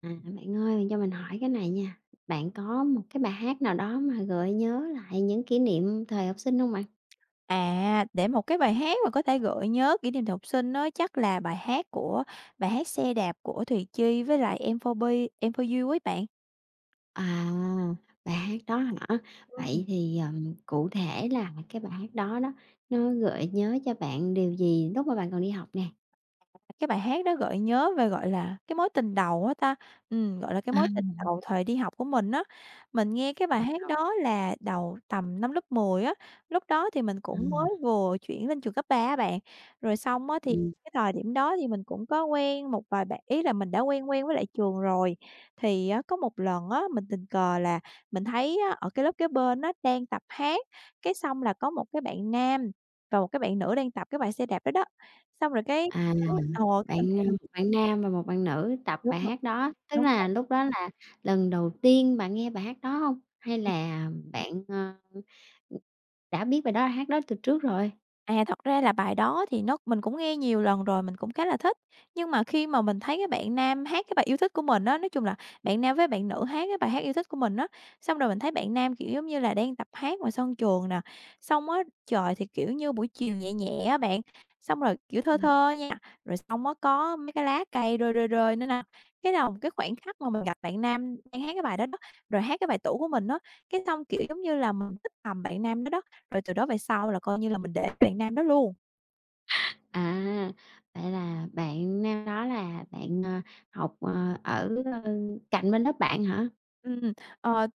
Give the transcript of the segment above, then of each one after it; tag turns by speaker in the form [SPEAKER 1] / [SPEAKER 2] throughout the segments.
[SPEAKER 1] Bạn ơi, cho mình hỏi cái này nha. Bạn có một cái bài hát nào đó mà gợi nhớ lại những kỷ niệm thời học sinh không bạn?
[SPEAKER 2] À, để một cái bài hát mà có thể gợi nhớ kỷ niệm thời học sinh á, chắc là bài hát "Xe đạp" của Thùy Chi với lại Em 4 b Em 4 u ấy bạn.
[SPEAKER 1] À, bài hát đó hả?
[SPEAKER 2] Ừm.
[SPEAKER 1] Vậy thì, cụ thể là cái bài hát đó đó, nó gợi nhớ cho bạn điều gì lúc mà bạn còn đi học nè?
[SPEAKER 2] Cái bài hát đó gợi nhớ về, gọi là, cái mối tình đầu á ta, gọi là, cái
[SPEAKER 1] À,
[SPEAKER 2] mối tình đầu thời đi học của mình á. Mình nghe cái bài
[SPEAKER 1] vậy
[SPEAKER 2] hát
[SPEAKER 1] hả?
[SPEAKER 2] đó là đầu tầm năm lớp 10 á, lúc đó thì mình cũng
[SPEAKER 1] Ừm.
[SPEAKER 2] mới vừa chuyển lên trường cấp 3 á bạn. Rồi xong á thì
[SPEAKER 1] Ừm,
[SPEAKER 2] cái thời điểm đó thì mình cũng có quen một vài bạn ý là mình đã quen quen với lại trường rồi. Thì á có một lần á, mình tình cờ là mình thấy á, ở cái lớp kế bên á đang tập hát, cái xong là có một cái bạn nam và một cái bạn nữ đang tập cái bài xe đạp đó đó. Xong rồi cái
[SPEAKER 1] à.
[SPEAKER 2] thấy cái mình thấy
[SPEAKER 1] Một bạn nam và một bạn nữ tập
[SPEAKER 2] đúng
[SPEAKER 1] bài
[SPEAKER 2] rồi,
[SPEAKER 1] hát đó, tức
[SPEAKER 2] đúng.
[SPEAKER 1] là lúc đó là lần đầu tiên bạn nghe bài hát đó hông? Hay là bạn, ừm, đã biết bài đó hát đó từ trước rồi?
[SPEAKER 2] À, thật ra là bài đó thì nó mình cũng nghe nhiều lần rồi, mình cũng khá là thích. Nhưng mà khi mà mình thấy các bạn nam hát cái bài yêu thích của mình á, nói chung là bạn nam với bạn nữ hát cái bài hát yêu thích của mình á, xong rồi mình thấy bạn nam, kiểu, giống như là đang tập hát ngoài sân trường nè, xong á trời thì, kiểu như, buổi chiều nhẹ nhẹ á bạn, xong rồi, kiểu, thơ
[SPEAKER 1] Ừm.
[SPEAKER 2] thơ nha, rồi xong á có mấy cái lá cây rơi, rơi, rơi nữa nè. Cái đầu cái khoảnh khắc mà mình gặp bạn nam đang hát cái bài đó đó, rồi hát cái bài tủ của mình á, cái xong, kiểu, giống như là, mình thích thầm bạn nam đó đó. Rồi từ đó về sau là coi như là mình để bạn nam đó luôn.
[SPEAKER 1] À, vậy là bạn nam đó là bạn, ờ, học, ờ, ở, ơ, cạnh bên lớp bạn hả?
[SPEAKER 2] Ừm, ờ,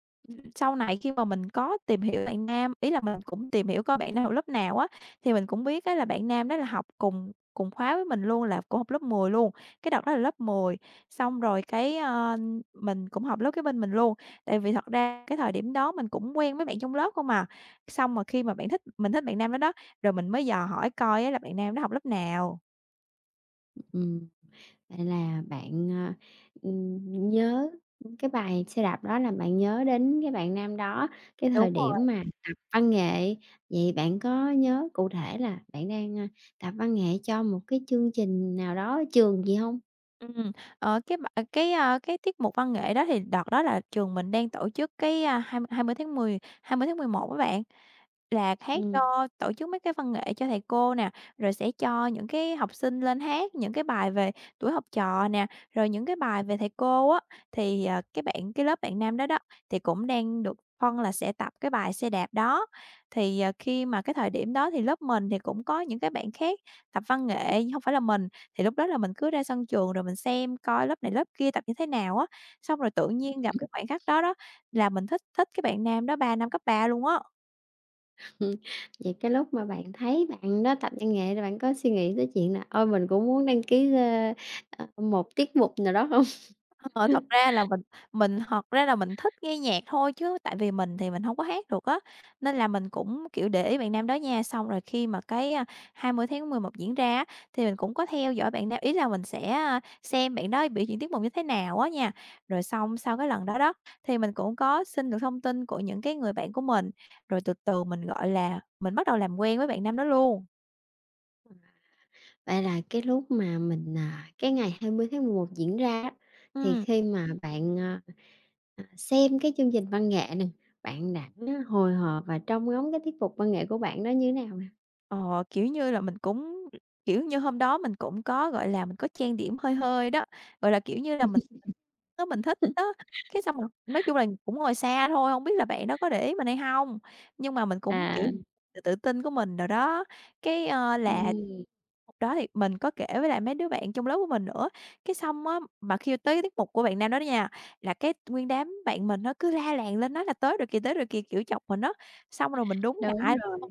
[SPEAKER 2] sau này khi mà mình có tìm hiểu bạn nam, ý là mình cũng tìm hiểu coi bạn nam học lớp nào á, thì mình cũng biết á là bạn nam đó là học cùng cùng khóa với mình luôn, là cũng học lớp 10 luôn, cái đợt đó là lớp 10. Xong rồi mình cũng học lớp kế bên mình luôn, tại vì thật ra cái thời điểm đó mình cũng quen với bạn trong lớp không mà. Xong mà khi mà bạn thích mình thích bạn nam đó đó, rồi mình mới dò hỏi coi á là bạn nam đó học lớp nào.
[SPEAKER 1] Ừm. Vậy là bạn nhớ cái bài xe đạp đó là bạn nhớ đến cái bạn nam đó, cái
[SPEAKER 2] Đúng
[SPEAKER 1] thời điểm
[SPEAKER 2] rồi.
[SPEAKER 1] mà tập văn nghệ. Vậy bạn có nhớ cụ thể là bạn đang tập văn nghệ cho một cái chương trình nào đó ở trường gì không?
[SPEAKER 2] Ừm, ờ, cái b ờ, cái, a, cái tiết mục văn nghệ đó thì đợt đó là trường mình đang tổ chức cái, a, hai mươi tháng mười hai mươi tháng 11 á bạn. Là hát
[SPEAKER 1] Ừm,
[SPEAKER 2] cho tổ chức mấy cái văn nghệ cho thầy cô nè, rồi sẽ cho những cái học sinh lên hát những cái bài về tuổi học trò nè, rồi những cái bài về thầy cô á, thì, cái bạn cái lớp bạn nam đó đó, thì cũng đang được phân là sẽ tập cái bài xe đạp đó. Thì, khi mà cái thời điểm đó thì lớp mình thì cũng có những cái bạn khác tập văn nghệ, nhưng hông phải là mình, thì lúc đó là mình cứ ra sân trường rồi mình xem coi lớp này lớp kia tập như thế nào á, xong rồi tự nhiên gặp cái khoảnh khắc đó đó là mình thích thích cái bạn nam đó 3 năm cấp 3 luôn á.
[SPEAKER 1] vậy cái lúc mà bạn thấy bạn đó tập văn nghệ thì bạn có suy nghĩ tới chuyện là "Ôi, mình cũng muốn đăng ký một tiết mục nào đó" không?
[SPEAKER 2] Ờ, thật ra là mình thật ra là mình thích nghe nhạc thôi chứ tại vì mình thì mình hông có hát được á, nên là mình cũng, kiểu, để ý bạn nam đó nha. Xong rồi khi mà hai mươi tháng mười một diễn ra á, thì mình cũng có theo dõi bạn nam ý là mình sẽ, xem bạn đó biểu diễn tiết mục như thế nào á nha. Rồi xong sau cái lần đó đó, thì mình cũng có xin được thông tin của những cái người bạn của mình, rồi từ từ mình, gọi là, mình bắt đầu làm quen với bạn nam đó luôn.
[SPEAKER 1] Vậy là cái lúc mà mình, à cái ngày 20 tháng 11 diễn ra á, thì
[SPEAKER 2] Ừm.
[SPEAKER 1] khi mà bạn xem cái chương trình văn nghệ nè, bạn đã hồi hộp và trông ngóng cái tiết mục văn nghệ của bạn đó như thế nào nè?
[SPEAKER 2] Ờ, kiểu như là, mình cũng kiểu như, hôm đó mình cũng có, gọi là, mình có trang điểm hơi hơi đó, gọi là, kiểu như là, mình đó mình thích đó. Cái xong rồi nói chung là cũng ngồi xa thôi, hông biết là bạn đó có để ý mình hay hông? Nhưng mà mình cũng,
[SPEAKER 1] À,
[SPEAKER 2] kiểu, tự tự tin của mình đồ đó, là
[SPEAKER 1] ừm.
[SPEAKER 2] hôm đó thì mình có kể với lại mấy đứa bạn trong lớp của mình nữa. Cái xong á, mà khi tới tiết mục của bạn nam đó đó nha, là cái nguyên đám bạn mình nó cứ la làng lên nói là tới rồi kìa", kiểu, chọc mình á, xong rồi mình đúng
[SPEAKER 1] Đúng
[SPEAKER 2] ngại
[SPEAKER 1] rồi.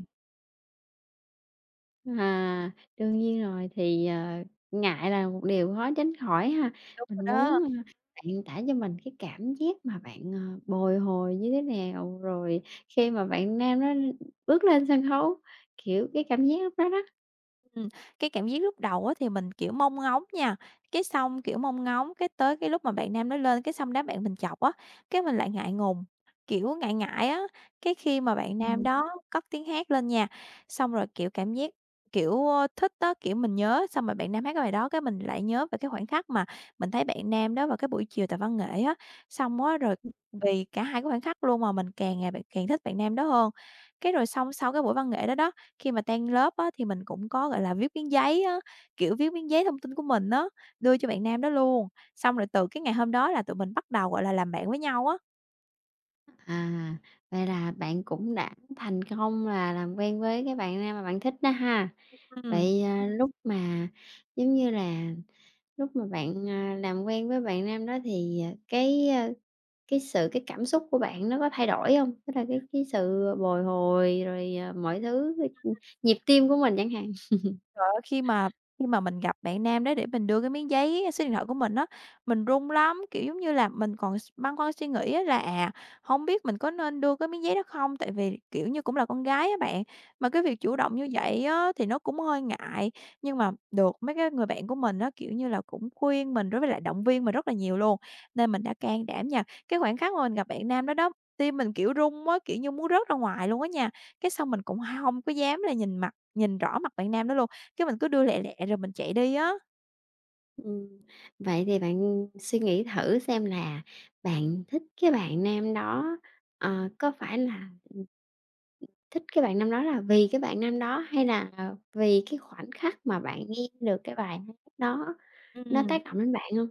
[SPEAKER 1] À, đương nhiên rồi, thì ngại là một điều khó tránh khỏi ha.
[SPEAKER 2] đúng rồi
[SPEAKER 1] Mình muốn,
[SPEAKER 2] đó.
[SPEAKER 1] ơ, bạn tả cho mình cái cảm giác mà bạn bồi hồi như thế nào, rồi khi mà bạn nam đó bước lên sân khấu, kiểu, cái cảm giác lúc đó đó.
[SPEAKER 2] Ừm, cái cảm giác lúc đầu á thì mình, kiểu, mong ngóng nha, cái xong, kiểu, mong ngóng, cái tới cái lúc mà bạn nam nó lên, cái xong đám bạn mình chọc á, cái mình lại ngại ngùng, kiểu, ngại ngại á. Cái khi mà bạn nam
[SPEAKER 1] Ừm.
[SPEAKER 2] đó cất tiếng hát lên nha, xong rồi, kiểu, cảm giác, thích á, kiểu, mình nhớ xong rồi bạn nam hát cái bài đó cái mình lại nhớ về cái khoảnh khắc mà mình thấy bạn nam đó vào cái buổi chiều tại văn nghệ á. Xong á rồi vì cả hai cái khoảnh khắc luôn mà mình càng ngày bạn càng thích bạn nam đó hơn. Cái rồi xong sau cái buổi văn nghệ đó đó, khi mà tan lớp á, thì mình cũng có, gọi là, viết miếng giấy á, kiểu, viết miếng giấy thông tin của mình á, đưa cho bạn nam đó luôn. Xong rồi từ cái ngày hôm đó là tụi mình bắt đầu, gọi là, làm bạn với nhau á.
[SPEAKER 1] À, vậy là bạn cũng đã thành công là làm quen với cái bạn nam mà bạn thích đó ha.
[SPEAKER 2] Ừm.
[SPEAKER 1] Vậy, à, lúc mà, giống như là, lúc mà bạn làm quen với bạn nam đó thì, à, cái cảm xúc của bạn nó có thay đổi hông? Tức là cái sự bồi hồi rồi, à, mọi thứ, ừm, nhịp tim của mình chẳng hạn.
[SPEAKER 2] Trời ơi, khi mà mình gặp bạn nam đó để mình đưa cái miếng giấy số điện thoại của mình á, mình run lắm, kiểu, giống như là, mình còn băn khoăn suy nghĩ á là, à, hông biết mình có nên đưa cái miếng giấy đó không? Tại vì, kiểu như, cũng là con gái á bạn, mà cái việc chủ động như vậy á thì nó cũng hơi ngại. Nhưng mà được mấy cái người bạn của mình á, kiểu như là, cũng khuyên mình đối với lại động viên mình rất là nhiều luôn, nên mình đã can đảm nha. Cái khoảnh khắc mà mình gặp bạn nam đó đó, tim mình, kiểu, run á, kiểu như, muốn rớt ra ngoài luôn á nha, cái xong mình cũng không có dám là nhìn rõ mặt bạn nam đó luôn. Cái mình cứ đưa lẹ lẹ rồi mình chạy đi á.
[SPEAKER 1] Ừm, vậy thì bạn suy nghĩ thử xem là bạn thích cái bạn nam đó, ờ, có phải là thích cái bạn nam đó là vì cái bạn nam đó hay là vì cái khoảnh khắc mà bạn nghe được cái bài hát đó nó
[SPEAKER 2] Ừm,
[SPEAKER 1] tác động đến bạn hông?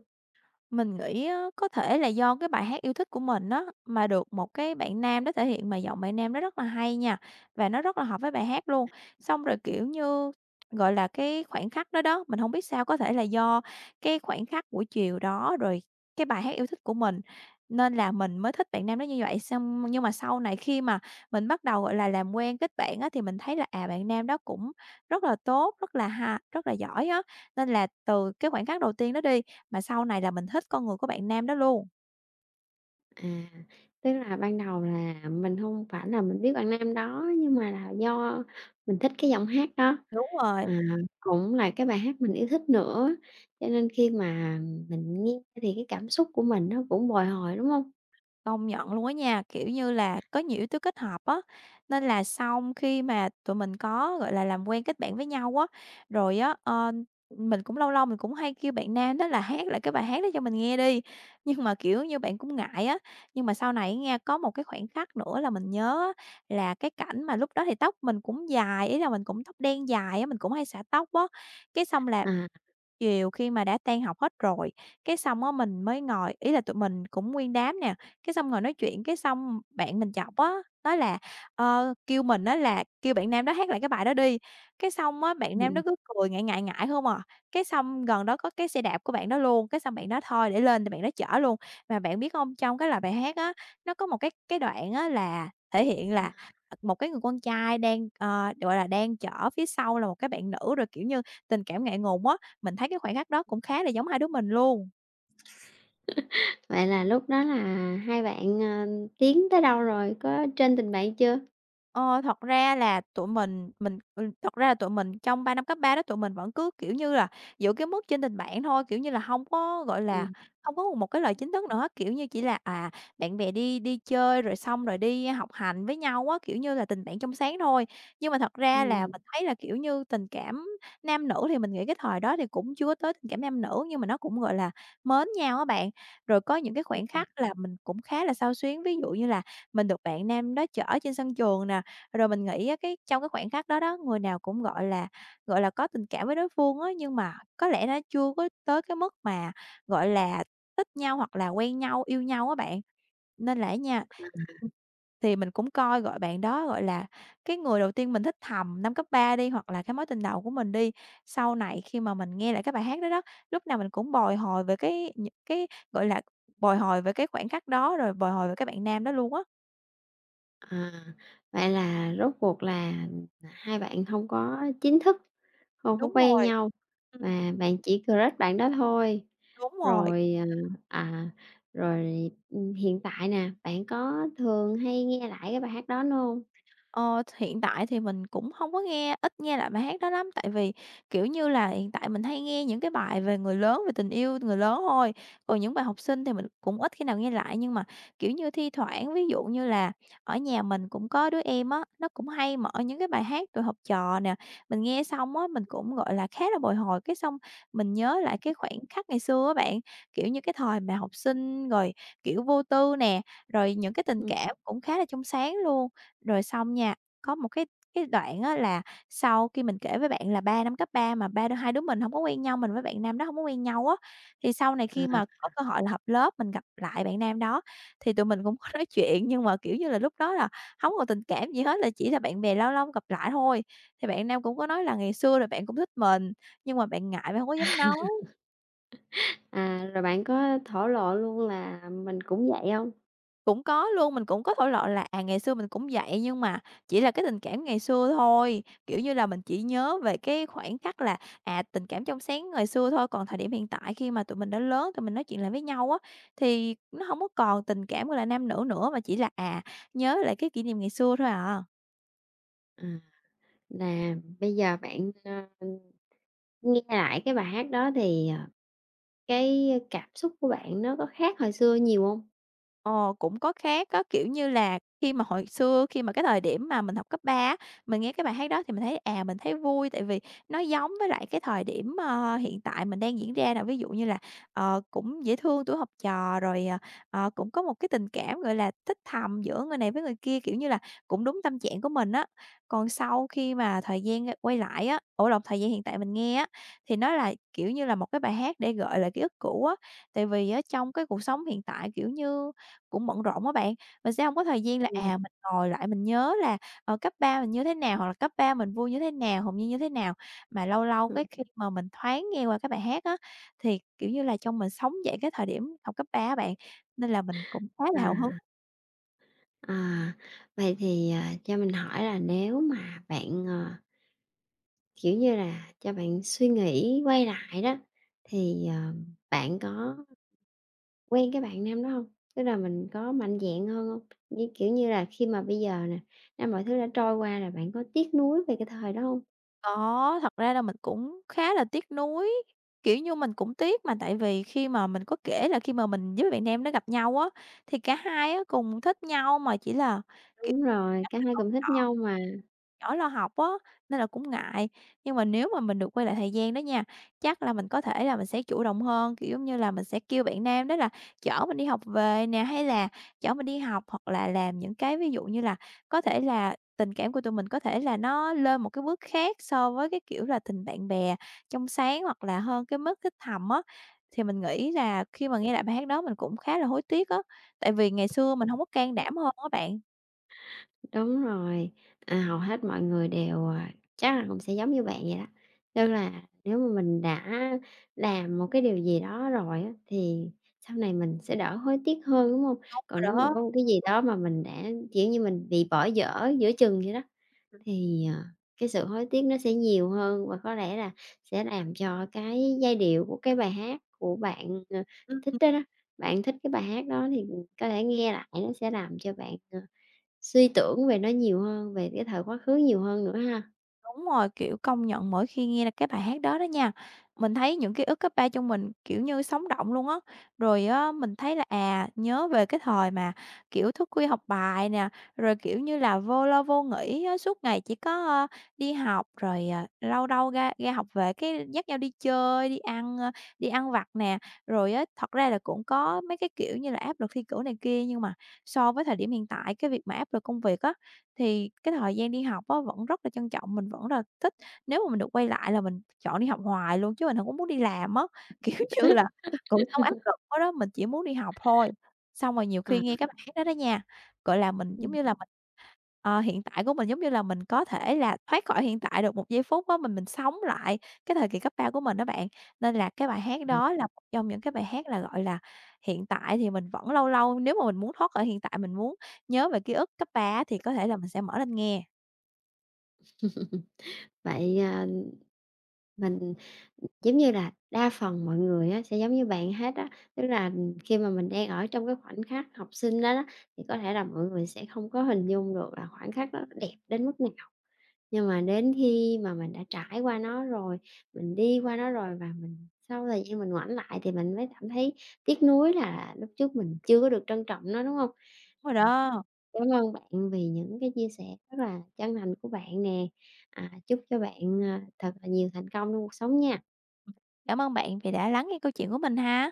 [SPEAKER 2] Mình nghĩ á, có thể là do cái bài hát yêu thích của mình á, mà được một cái bạn nam đó thể hiện mà giọng bạn nam đó rất là hay nha, và nó rất là hợp với bài hát luôn. Xong rồi, kiểu như, gọi là, cái khoảnh khắc đó đó, mình không biết sao có thể là do cái khoảnh khắc buổi chiều đó, rồi cái bài hát yêu thích của mình, nên là mình mới thích bạn nam đó như vậy. Xong nhưng mà sau này khi mà mình bắt đầu, gọi là, làm quen kết bạn á, thì mình thấy là, à, bạn nam đó cũng rất là tốt, rất là giỏi á. Nên là từ cái khoảnh khắc đầu tiên đó đi mà sau này là mình thích con người của bạn nam đó luôn.
[SPEAKER 1] À, tức là ban đầu là mình hông phải là mình biết bạn nam đó nhưng mà là do mình thích cái giọng hát đó,
[SPEAKER 2] Đúng rồi,
[SPEAKER 1] à, cũng là cái bài hát mình yêu thích nữa, cho nên khi mà mình nghe thì cái cảm xúc của mình nó cũng bồi hồi, đúng hông?
[SPEAKER 2] công nhận luôn á nha, kiểu như là, có nhiều yếu tố kết hợp á, nên là sau khi mà tụi mình có, gọi là, làm quen kết bạn với nhau á, rồi á, mình cũng lâu lâu mình cũng hay kêu bạn nam đó là hát lại cái bài hát đó cho mình nghe đi, nhưng mà, kiểu như, bạn cũng ngại á. Nhưng mà sau này nghe, có một cái khoảnh khắc nữa là mình nhớ á, là cái cảnh mà lúc đó thì tóc mình cũng dài, ý là mình cũng tóc đen dài á, mình cũng hay xõa tóc á, cái xong là
[SPEAKER 1] À,
[SPEAKER 2] chiều khi mà đã tan học hết rồi, cái xong á mình mới ngồi ý là tụi mình cũng nguyên đám nè, cái xong ngồi nói chuyện, cái xong bạn mình chọc á, nói là, kêu mình á là kêu bạn nam đó hát lại cái bài đó đi, cái xong á, bạn nam
[SPEAKER 1] ừm,
[SPEAKER 2] đó cứ cười ngại, ngại, ngại không à. Cái xong gần đó có cái xe đạp của bạn đó luôn, cái xong bạn đó thôi để lên thì bạn đó chở luôn. Mà bạn biết hông, trong cái lời bài hát á, nó có một cái đoạn á là thể hiện là, một cái người con trai đang, gọi là, đang chở phía sau là một cái bạn nữ, rồi, kiểu như, tình cảm ngại ngùng á. Mình thấy cái khoảnh khắc đó cũng khá là giống hai đứa mình luôn.
[SPEAKER 1] vậy là lúc đó là hai bạn tiến tới đâu rồi? Có trên tình bạn chưa?
[SPEAKER 2] Thật ra là tụi mình trong 3 năm cấp 3 đó tụi mình vẫn cứ, kiểu như là, giữ cái mức trên tình bạn thôi, kiểu như là, không có, gọi là,
[SPEAKER 1] Ừm.
[SPEAKER 2] không có một cái lời chính thức nữa, kiểu như, chỉ là, bạn bè đi đi chơi rồi xong rồi đi học hành với nhau á, kiểu như là, tình bạn trong sáng thôi. Nhưng mà thật ra
[SPEAKER 1] Ừm.
[SPEAKER 2] là mình thấy là, kiểu như, tình cảm nam nữ thì mình nghĩ cái thời đó thì cũng chưa tới tình cảm nam nữ, nhưng mà nó cũng, gọi là, mến nhau á bạn. Rồi có những cái khoảnh khắc là mình cũng khá là xao xuyến, ví dụ như là mình được bạn nam đó chở trên sân trường nè, rồi mình nghĩ á, cái trong cái khoảnh khắc đó đó, người nào cũng, gọi là, có tình cảm với đối phương á, nhưng mà có lẽ nó chưa có tới cái mức mà, gọi là, thích nhau hoặc là quen nhau, yêu nhau á bạn. Nên là nha, thì mình cũng coi, bạn đó, gọi là, cái người đầu tiên mình thích thầm năm cấp 3 đi, hoặc là cái mối tình đầu của mình đi. Sau này khi mà mình nghe lại cái bài hát đó đó, lúc nào mình cũng bồi hồi về cái những cái, gọi là, bồi hồi về cái khoảnh khắc đó, rồi bồi hồi về cái bạn nam đó luôn á.
[SPEAKER 1] À, vậy là rốt cuộc là hai bạn không có chính thức, không có
[SPEAKER 2] Đúng
[SPEAKER 1] quen
[SPEAKER 2] rồi,
[SPEAKER 1] nhau
[SPEAKER 2] ừm,
[SPEAKER 1] và bạn chỉ crush bạn đó thôi.
[SPEAKER 2] đúng rồi.
[SPEAKER 1] Rồi, ờ, à, rồi, hiện tại nè, bạn có thường hay nghe lại cái bài hát đó nữa hông?
[SPEAKER 2] Ờ, Hiện tại thì mình cũng không có ít nghe lại bài hát đó lắm, tại vì, kiểu như là, hiện tại mình hay nghe những cái bài về người lớn, về tình yêu người lớn thôi, còn những bài học sinh thì mình cũng ít khi nào nghe lại. Nhưng mà, kiểu như, thi thoảng, ví dụ như là ở nhà mình cũng có đứa em á, nó cũng hay mở những cái bài hát tụi học trò nè, mình nghe xong á, mình cũng, gọi là, khá là bồi hồi, cái xong mình nhớ lại cái khoảnh khắc ngày xưa á bạn, kiểu như, cái thời mà học sinh rồi, kiểu, vô tư nè, rồi những cái tình
[SPEAKER 1] Ừm,
[SPEAKER 2] cảm cũng khá là trong sáng luôn. Rồi xong nha, có một cái đoạn á là sau khi mình kể với bạn là 3 năm cấp 3 mà ba đứa hai đứa mình không có quen nhau, mình với bạn nam đó không có quen nhau á, thì sau này khi
[SPEAKER 1] à,
[SPEAKER 2] mà có cơ hội là họp lớp, mình gặp lại bạn nam đó thì tụi mình cũng có nói chuyện, nhưng mà, kiểu như là, lúc đó là không còn tình cảm gì hết, là chỉ là bạn bè lâu lâu gặp lại thôi. Thì bạn nam cũng có nói là ngày xưa là bạn cũng thích mình, nhưng mà bạn ngại, bạn không có dám nói.
[SPEAKER 1] à, rồi bạn có thổ lộ luôn là mình cũng vậy không?
[SPEAKER 2] Cũng có luôn, mình cũng có thổ lộ là, ngày xưa mình cũng vậy, nhưng mà chỉ là cái tình cảm ngày xưa thôi, kiểu như là, mình chỉ nhớ về cái khoảnh khắc là, tình cảm trong sáng ngày xưa thôi, còn thời điểm hiện tại khi mà tụi mình đã lớn, tụi mình nói chuyện lại với nhau á, thì nó không có còn tình cảm, gọi là, nam nữ nữa, mà chỉ là, nhớ lại cái kỷ niệm ngày xưa thôi à.
[SPEAKER 1] À, là bây giờ bạn nghe lại cái bài hát đó thì cái cảm xúc của bạn nó có khác hồi xưa nhiều không?
[SPEAKER 2] Ờ, Cũng có khác á, kiểu như là, khi mà hồi xưa, khi mà cái thời điểm mà mình học cấp 3 á, mình nghe cái bài hát đó thì mình thấy vui, tại vì nó giống với lại cái thời điểm, hiện tại mình đang diễn ra nè. Ví dụ như là, cũng dễ thương tuổi học trò, rồi, cũng có một cái tình cảm, gọi là, thích thầm giữa người này với người kia, kiểu như là, cũng đúng tâm trạng của mình á. Còn sau khi mà thời gian, quay lại á, ủa lộn, thời gian hiện tại mình nghe á, thì nó là, kiểu như là, một cái bài hát để gợi lại ký ức cũ á. Tại vì ở trong cái cuộc sống hiện tại, kiểu như cũng bận rộn á bạn, mình sẽ không có thời gian là,
[SPEAKER 1] Ừm
[SPEAKER 2] mình ngồi lại mình nhớ là, cấp 3 mình như thế nào, hoặc là cấp 3 mình vui như thế nào, hồn nhiên như thế nào. Mà lâu lâu
[SPEAKER 1] hưm,
[SPEAKER 2] cái khi mà mình thoáng nghe qua cái bài hát á, thì, kiểu như là, trong mình sống dậy cái thời điểm học cấp 3 á bạn, nên là mình cũng khá là hào hứng.
[SPEAKER 1] à. À, vậy thì, à, cho mình hỏi là nếu mà bạn kiểu như là, cho bạn suy nghĩ quay lại đó, thì bạn có quen cái bạn nam đó hông? Tức là mình có mạnh dạn hơn hông? Như, kiểu như là, khi mà bây giờ nè, a, mọi thứ đã trôi qua là bạn có tiếc nuối về cái thời đó hông?
[SPEAKER 2] Có, thật ra là mình cũng khá là tiếc nuối, kiểu như, mình cũng tiếc mà, tại vì khi mà mình có kể là khi mà mình với bạn nam đó gặp nhau á, thì cả hai á cùng thích nhau mà chỉ là
[SPEAKER 1] Đúng rồi, cả hai cùng thích nhau mà.
[SPEAKER 2] nhỏ lo học á, nên là cũng ngại. Nhưng mà nếu mà mình được quay lại thời gian đó nha, chắc là mình có thể là mình sẽ chủ động hơn, kiểu, giống như là, mình sẽ kêu bạn nam đó là chở mình đi học về nè, hay là chở mình đi học hoặc là làm những cái ví dụ như là có thể là tình cảm của tụi mình có thể là nó lên một cái bước khác so với cái kiểu là tình bạn bè trong sáng hoặc là hơn cái mức thích thầm á. Thì mình nghĩ là khi mà nghe lại bài hát đó mình cũng khá là hối tiếc á, tại vì ngày xưa mình không có can đảm hơn á bạn.
[SPEAKER 1] Đúng rồi, à, hầu hết mọi người đều, à, chắc là cũng sẽ giống như bạn vậy đó. Tức là nếu mà mình đã làm một cái điều gì đó rồi á, thì sau này mình sẽ đỡ hối tiếc hơn, đúng không?
[SPEAKER 2] Đúng
[SPEAKER 1] Còn nếu
[SPEAKER 2] rồi
[SPEAKER 1] mà
[SPEAKER 2] đó.
[SPEAKER 1] có một cái gì đó mà mình đã, kiểu như, mình bị bỏ dở giữa chừng vậy đó, thì cái sự hối tiếc nó sẽ nhiều hơn và có lẽ là sẽ làm cho cái giai điệu của cái bài hát của bạn
[SPEAKER 2] Ừm.
[SPEAKER 1] thích đó đó, bạn thích cái bài hát đó thì có thể nghe lại nó sẽ làm cho bạn suy tưởng về nó nhiều hơn, về cái thời quá khứ nhiều hơn nữa ha.
[SPEAKER 2] Đúng rồi, kiểu, công nhận mỗi khi nghe là cái bài hát đó đó nha, mình thấy những ký ức cấp 3 trong mình, kiểu như, sống động luôn á. Rồi á, mình thấy là, nhớ về cái thời mà, kiểu, thức khuya học bài nè, rồi, kiểu như là, vô lo vô nghĩ á, suốt ngày chỉ có, đi học, rồi, lâu đâu ra ra học về cái dắt nhau đi chơi, đi ăn vặt nè. Rồi á, thật ra là cũng có mấy cái, kiểu như là, áp lực thi cử này kia, nhưng mà so với thời điểm hiện tại, cái việc mà áp lực công việc á, thì cái thời gian đi học á vẫn rất là trân trọng, mình vẫn là thích. Nếu mà mình được quay lại là mình chọn đi học hoài luôn chứ mình hổng có muốn đi làm á, kiểu như là, cuộc sống áp lực quá đó, mình chỉ muốn đi học thôi. Xong rồi nhiều
[SPEAKER 1] Ờ,
[SPEAKER 2] khi nghe cái bản đó đó nha, gọi là, mình giống
[SPEAKER 1] ừm.
[SPEAKER 2] như là. Hiện tại của mình giống như là mình có thể là thoát khỏi hiện tại được một giây phút á, mình sống lại cái thời kỳ cấp 3 của mình đó bạn. Nên là cái bài hát
[SPEAKER 1] Ờ.
[SPEAKER 2] đó là một trong những cái bài hát là, gọi là, hiện tại thì mình vẫn lâu lâu nếu mà mình muốn thoát khỏi hiện tại, mình muốn nhớ về ký ức cấp 3 á, thì có thể là mình sẽ mở lên nghe.
[SPEAKER 1] Vậy, à, mình giống như là đa phần mọi người á, sẽ giống như bạn hết á, tức là khi mà mình đang ở trong cái khoảnh khắc học sinh đó đó, thì có thể là mọi người sẽ không có hình dung được là khoảnh khắc đó nó đẹp đến mức nào. Nhưng mà đến khi mà mình đã trải qua nó rồi, mình đi qua nó rồi và mình sau thời gian mình ngoảnh lại thì mình mới cảm thấy tiếc nuối là lúc trước mình chưa có được trân trọng nó, đúng không?
[SPEAKER 2] Đúng rồi đó.
[SPEAKER 1] Cảm ơn bạn vì những cái chia sẻ rất là chân thành của bạn nè. À, chúc cho bạn, à, thật là nhiều thành công trong cuộc sống nha.
[SPEAKER 2] Cảm ơn bạn vì đã lắng nghe câu chuyện của mình ha.